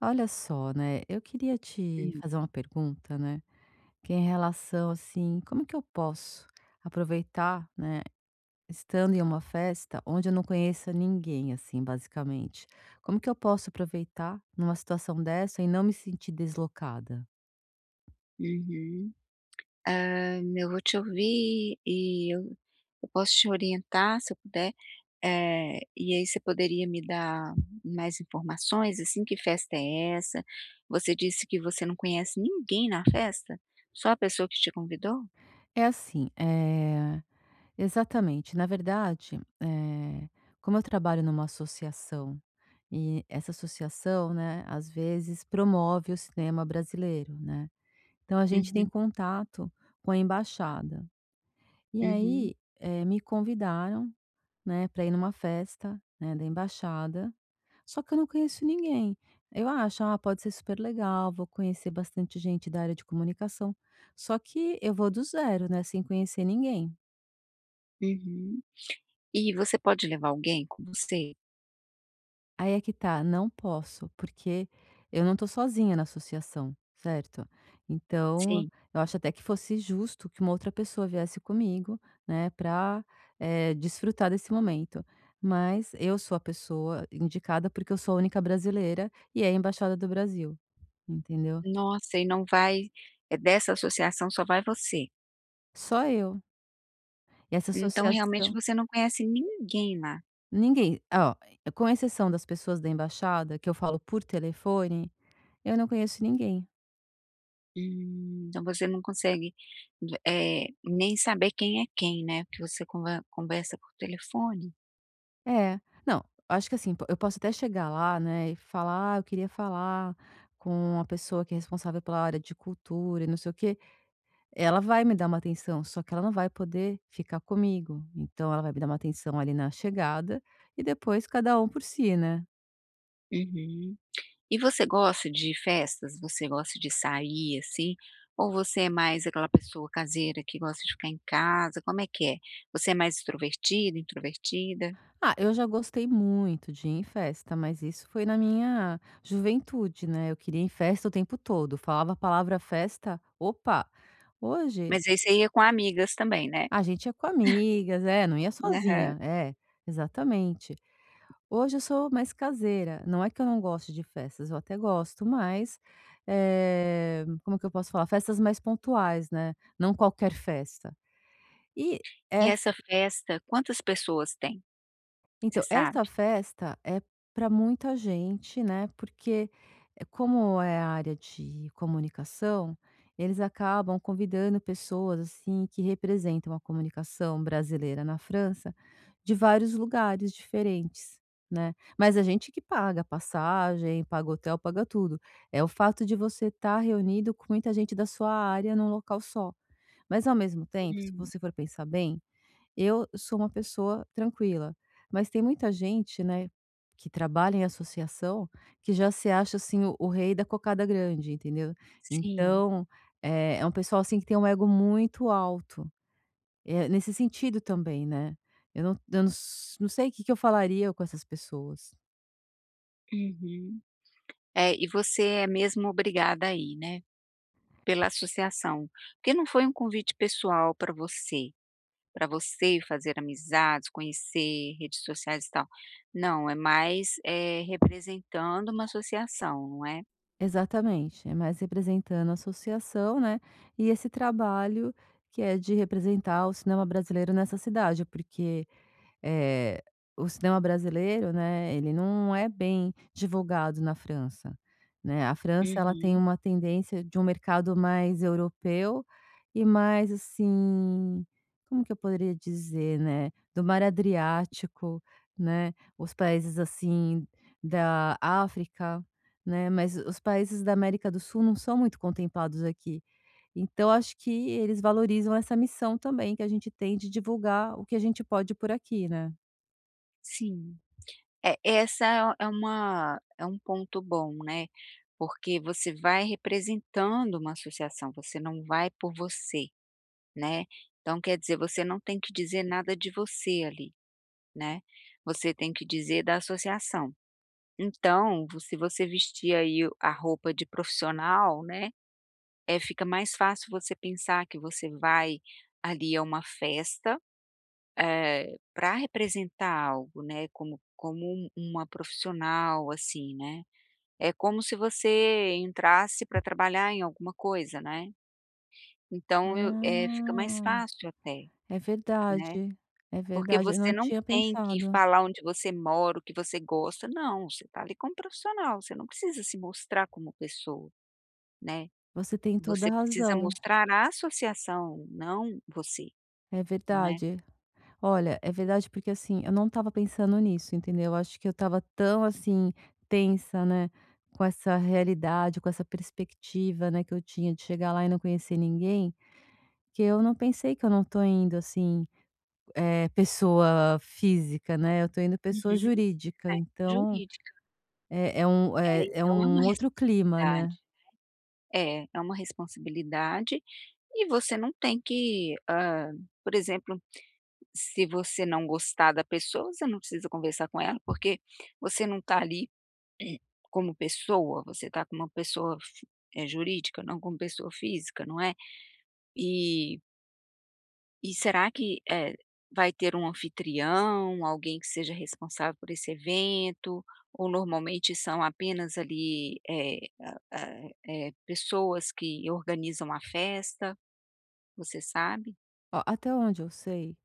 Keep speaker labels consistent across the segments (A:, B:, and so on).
A: Olha só, né, eu queria te
B: Hum,
A: fazer uma pergunta, né, que é em relação, assim, como que eu posso aproveitar, né, estando em uma festa onde eu não conheça ninguém, assim, basicamente? Como que eu posso aproveitar numa situação dessa e não me sentir deslocada?
B: uhum. Ah, eu vou te ouvir e eu posso te orientar se eu puder, e aí você poderia me dar mais informações, assim, que festa é essa? Você disse que você não conhece ninguém na festa? Só a pessoa que te convidou?
A: É assim, é, exatamente. Na verdade, é, como eu trabalho numa associação e essa associação, né, às vezes promove o cinema brasileiro, né? Então a gente tem
B: Uhum,
A: contato com a embaixada. E
B: uhum,
A: aí, me convidaram, né, para ir numa festa, né, da embaixada, só que eu não conheço ninguém. Eu acho: "Ah, pode ser super legal, vou conhecer bastante gente da área de comunicação", só que eu vou do zero, né, sem conhecer ninguém.
B: uhum. E você pode levar alguém com você?
A: Aí é que tá, não posso, porque eu não tô sozinha na associação, certo? Então,
B: Sim.
A: eu acho até que fosse justo que uma outra pessoa viesse comigo, né, pra desfrutar desse momento. Mas eu sou a pessoa indicada porque eu sou a única brasileira e é a embaixada do Brasil, entendeu?
B: Nossa, e não vai é dessa associação só vai você.
A: Só eu. E essa
B: Então realmente
A: associação,
B: você não conhece ninguém lá.
A: ninguém, ó, com exceção das pessoas da embaixada que eu falo por telefone, eu não conheço ninguém.
B: Então você não consegue, nem saber quem é quem, né, porque você conversa por telefone?
A: É. Não, acho que assim, po eu posso até chegar lá, né, e falar: "Ah, eu queria falar com a pessoa que é responsável pela área de cultura e não sei o quê". Ela vai me dar uma atenção, só que ela não vai poder ficar comigo. Então ela vai me dar uma atenção ali na chegada e depois cada um por si, né.
B: Uhum. E você gosta de festas? Você gosta de sair, assim? Ou você é mais aquela pessoa caseira que gosta de ficar em casa, como é que é? Você é mais extrovertida, introvertida?
A: Ah, eu já gostei muito de ir em festa, mas isso foi na minha juventude, né, eu queria ir em festa o tempo todo, falava a palavra festa, opa! Hoje
B: Mas aí você ia com amigas também, né?
A: a gente ia com amigas, é, não ia
B: Aham.
A: sozinha. É, exatamente. Hoje eu sou mais caseira, não é que eu não goste de festas, eu até gosto, mas, como que eu posso falar? Festas mais pontuais, né, não qualquer festa. E
B: E essa festa, quantas pessoas tem, você
A: então,
B: sabe?
A: essa festa é para muita gente, né? Porque como é a área de comunicação, eles acabam convidando pessoas assim que representam a comunicação brasileira na França de vários lugares diferentes, né? Mas a gente que paga passagem, paga hotel, paga tudo. É o fato de você estar reunido com muita gente da sua área num local só. Mas ao mesmo tempo, se
B: Hum,
A: você for pensar bem, eu sou uma pessoa tranquila, mas tem muita gente, né, que trabalha em associação, que já se acha, assim, o rei da cocada grande, entendeu.
B: sim.
A: Então, é um pessoal, assim, que tem um ego muito alto, nesse sentido também, né. Eu não s Não sei o que que eu falaria com essas pessoas.
B: Uhum. É, e você é mesmo obrigada a ir, né? Pela associação, porque não foi um convite pessoal para você fazer amizades, conhecer redes sociais e tal. Não, é mais, representando uma associação, não é?
A: Exatamente, é mais representando a associação, né, e esse trabalho que é de representar o cinema brasileiro nessa cidade, porque Eh, o cinema brasileiro, né, ele não é bem divulgado na França, né. A França, ela tem
B: Uhum,
A: uma tendência de um mercado mais europeu e mais, assim, como que eu poderia dizer, né, do mar Adriático, né, os países, assim, da África, né, mas os países da América do Sul não são muito contemplados aqui. Então acho que eles valorizam essa missão também que a gente tem de divulgar o que a gente pode por aqui, né.
B: sim. É, essa é é uma é um ponto bom, né, porque você vai representando uma associação, você não vai por você, né. Então quer dizer, você não tem que dizer nada de você ali, né, você tem que dizer da associação. Então, vo se você vestir aí a roupa de profissional, né, é fica mais fácil você pensar que você vai ali a uma festa, para representar algo, né, como uma profissional, assim, né. É como se você entrasse para trabalhar em alguma coisa, né. Então fica mais
A: Ah,
B: fácil até,
A: é
B: né,
A: verdade, é
B: porque
A: verdade, eu
B: você
A: não
B: não
A: tinha
B: tem que
A: pensado.
B: falar onde você mora, o que você gosta, não, você está ali como profissional, você não precisa se mostrar como pessoa. Né,
A: Você tem toda a
B: você precisa
A: razão,
B: mostrar a associação, não você,
A: é
B: não é?
A: verdade. Olha, é verdade porque, assim, eu não estava pensando nisso, entendeu? Eu acho que eu estava tão, assim, tensa, né, com essa realidade, com essa perspectiva, né, que eu tinha de chegar lá e não conhecer ninguém, que eu não pensei que eu não tô indo, assim, é pessoa física, né, eu tô indo
B: Uhum.
A: pessoa jurídica,
B: É,
A: então
B: jurídica.
A: é um
B: É,
A: é
B: então é uma
A: um outro clima,
B: responsabilidade.
A: né.
B: É, é uma responsabilidade e você não tem que, por exemplo, se você não gostar da pessoa, você não precisa conversar com ela, porque você não está ali eh, como pessoa, você está com uma pessoa jurídica, não como pessoa física, não é? E E será que, vai ter um anfitrião, alguém que seja responsável por esse evento, ou normalmente são apenas ali, pessoas que organizam a festa, você sabe?
A: Ó, até onde eu sei,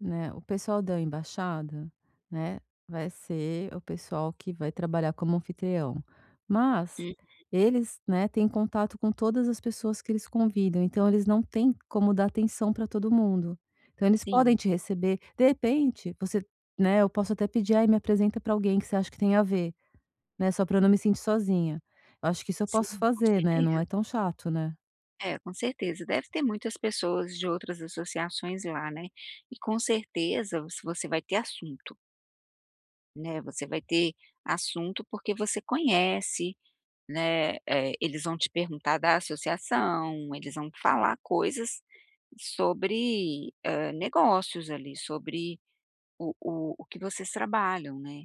A: né, o pessoal da embaixada, né, vai ser o pessoal que vai trabalhar como anfitrião. Mas
B: Hum,
A: eles, né, têm contato com todas as pessoas que eles convidam, então eles não têm como dar atenção para todo mundo. Então eles podem
B: sim,
A: te receber. De repente, você né, eu posso até pedir: "Ai, me apresenta para alguém que você acha que tem a ver", né, só para eu não me sentir sozinha. Eu acho que isso eu posso
B: sim, com
A: fazer, né, não
B: certeza.
A: é tão chato, né?
B: É, com certeza, deve ter muitas pessoas de outras associações lá, né. E com certeza, se você vai ter assunto, né, você vai ter assunto porque você conhece. Né, eles vão te perguntar da associação, eles vão falar coisas sobre, negócios ali, sobre o que vocês trabalham, né.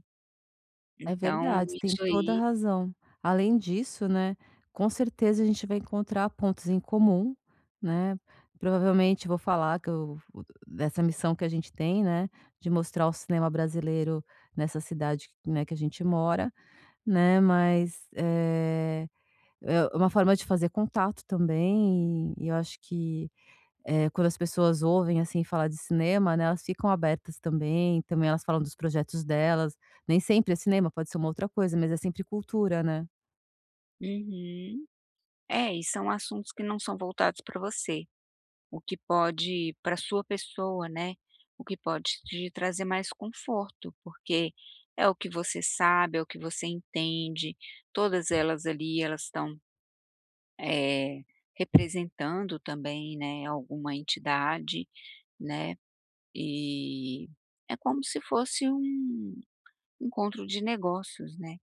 A: É
B: Então
A: verdade, tem
B: isso
A: toda a
B: aí
A: razão. Além disso, né, com certeza a gente vai encontrar pontos em comum, né, provavelmente vou falar que eu dessa missão que a gente tem, né, de mostrar o cinema brasileiro nessa cidade, né, que a gente mora, né, mas, é uma forma de fazer contato também e eu acho que quando as pessoas ouvem, assim, falar de cinema, né, elas ficam abertas também, também elas falam dos projetos delas, nem sempre é cinema, pode ser uma outra coisa, mas é sempre cultura, né.
B: uhum. É, e são assuntos que não são voltados para você, o que pode para sua pessoa, né, o que pode te trazer mais conforto, porque é o que você sabe, é o que você entende, todas elas ali, elas estão eh, representando também, né, alguma entidade, né, e é como se fosse um encontro de negócios, né,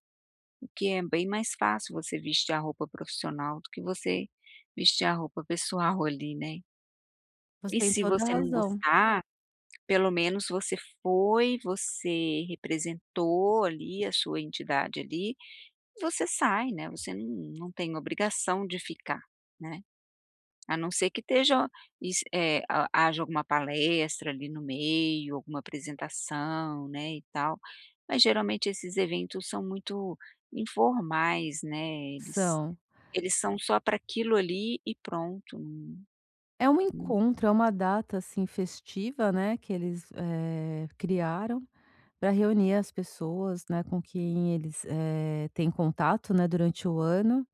B: o que é bem mais fácil você vestir a roupa profissional do que você vestir a roupa pessoal ali, né.
A: Você
B: E
A: tem
B: se
A: toda a
B: você não
A: razão.
B: gostar, pelo menos você foi, você representou ali a sua entidade ali, você sai, né, você não tem obrigação de ficar, né. A não ser que esteja is eh, ha haja alguma palestra ali no meio, alguma apresentação, né, e tal, mas geralmente esses eventos são muito informais, né, eles
A: São.
B: eles são só para aquilo ali e pronto, num
A: É um
B: num
A: encontro, é uma data, assim, festiva, né, que eles, criaram para reunir as pessoas, né, com quem eles, têm contato, né, durante o ano.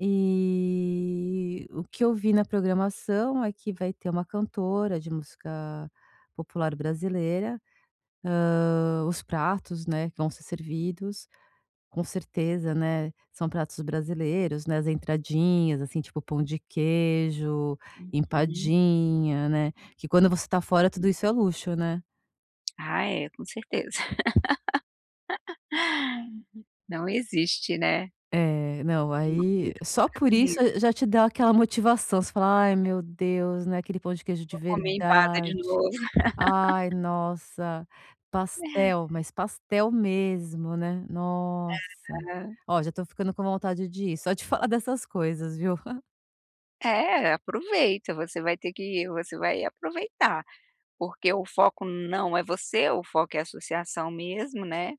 A: E o que eu vi na programação é que vai ter uma cantora de música popular brasileira, hã, os pratos, né, que vão ser servidos, com certeza, né, são pratos brasileiros, né, as entradinhas, assim, tipo pão de queijo,
B: uhum.
A: empadinha, né, que quando você tá fora tudo isso é luxo, né.
B: Ah, é, com certeza. Não existe, né,
A: É, não,
B: e uma
A: aí
B: comida bem
A: só por isso
B: brasileira.
A: já te dá aquela motivação, você fala: "Ai meu Deus, né, aquele pão de queijo de
B: Vou comer empada de
A: verdade".
B: novo.
A: Ai, nossa, pastel, mas pastel mesmo, né. Nossa.
B: Ah,
A: Ó, já tô ficando com vontade de ir, só de falar dessas coisas, viu.
B: é, aproveita, você vai aproveitar. Porque o foco não é você, o foco é a associação mesmo, né,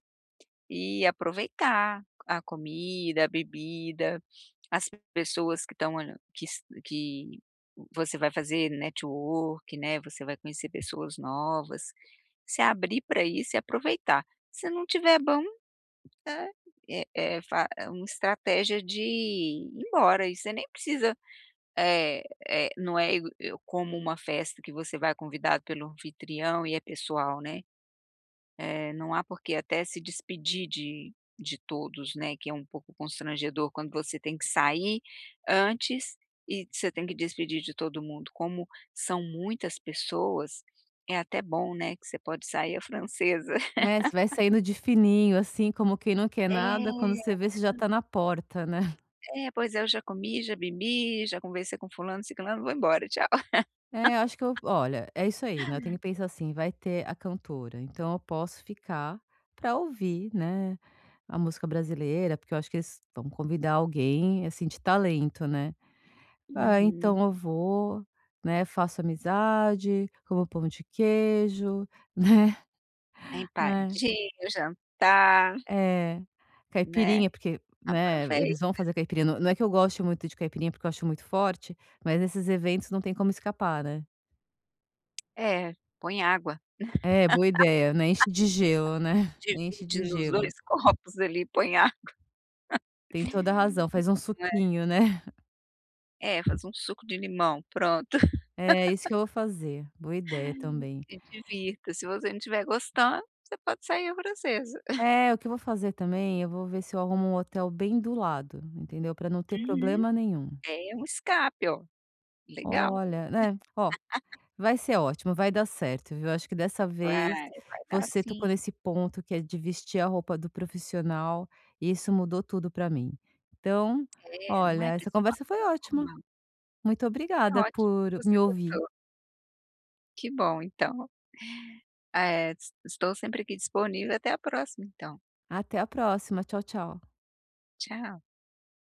B: e aproveitar a comida, a bebida, as pessoas que estão olha que você vai fazer network, né, você vai conhecer pessoas novas, se abrir para isso e aproveitar. Se não tiver bom, é eh eh, fa é uma estratégia de ir embora e você nem precisa é, é, não é igu eu como uma festa que você vai convidado pelo anfitrião e é pessoal, né. Não há por que até se despedir de todos, né, que é um pouco constrangedor quando você tem que sair antes e você tem que despedir de todo mundo. Como são muitas pessoas, é até bom, né, que você pode sair à francesa.
A: Né, você vai saindo de fininho, assim, como quem não quer
B: É,
A: nada, quando você vê, você já tá na porta, né.
B: é, pois é, eu já comi, já bebi, já conversei com fulano, ciclano, vou embora, tchau.
A: É, eu acho que eu olha, é isso aí, né, eu tenho que pensar assim, vai ter a cantora, então eu posso ficar pra ouvir, né, a música brasileira, porque eu acho que eles vão convidar alguém, assim, de talento, né. Ah,
B: Uhum.
A: então eu vou, né, faço amizade, como pão de queijo, né,
B: A
A: né.
B: empadinha, o jantar.
A: É,
B: Né,
A: caipirinha, porque, né,
B: aprovei
A: eles vão fazer caipirinha, não é que eu goste muito de caipirinha, porque eu acho muito forte, mas nesses eventos não tem como escapar, né.
B: é, põe água,
A: É, boa ideia, né, enche de gelo, né, enche
B: divide
A: de
B: nos
A: gelo.
B: 2 copos ali, põe água,
A: Tem toda a razão, faz um
B: né?
A: suquinho, né.
B: É, faz um suco de limão, pronto,
A: É, isso que eu vou fazer, boa ideia também.
B: se divirta, se você não estiver gostando, você pode sair à francesa.
A: É, o que eu vou fazer também, eu vou ver se eu arrumo um hotel bem do lado, entendeu, pra não ter
B: Uhum,
A: problema nenhum.
B: é um escape, ó, legal.
A: Olha, né, ó, vai ser ótimo, vai dar certo, viu. Acho que dessa
B: Vai,
A: vez
B: vai dar
A: você
B: sim,
A: tocou nesse ponto que é de vestir a roupa do profissional, e isso mudou tudo pra mim. Então,
B: é, não
A: olha,
B: é
A: essa
B: pessoal,
A: conversa foi
B: é
A: ótima.
B: informal.
A: Muito
B: Que
A: obrigada
B: ótimo que
A: por
B: você
A: me ouvir.
B: gostou, que bom então, eh, estou sempre aqui disponível, até a próxima então,
A: Até a próxima. Tchau, tchau.
B: tchau.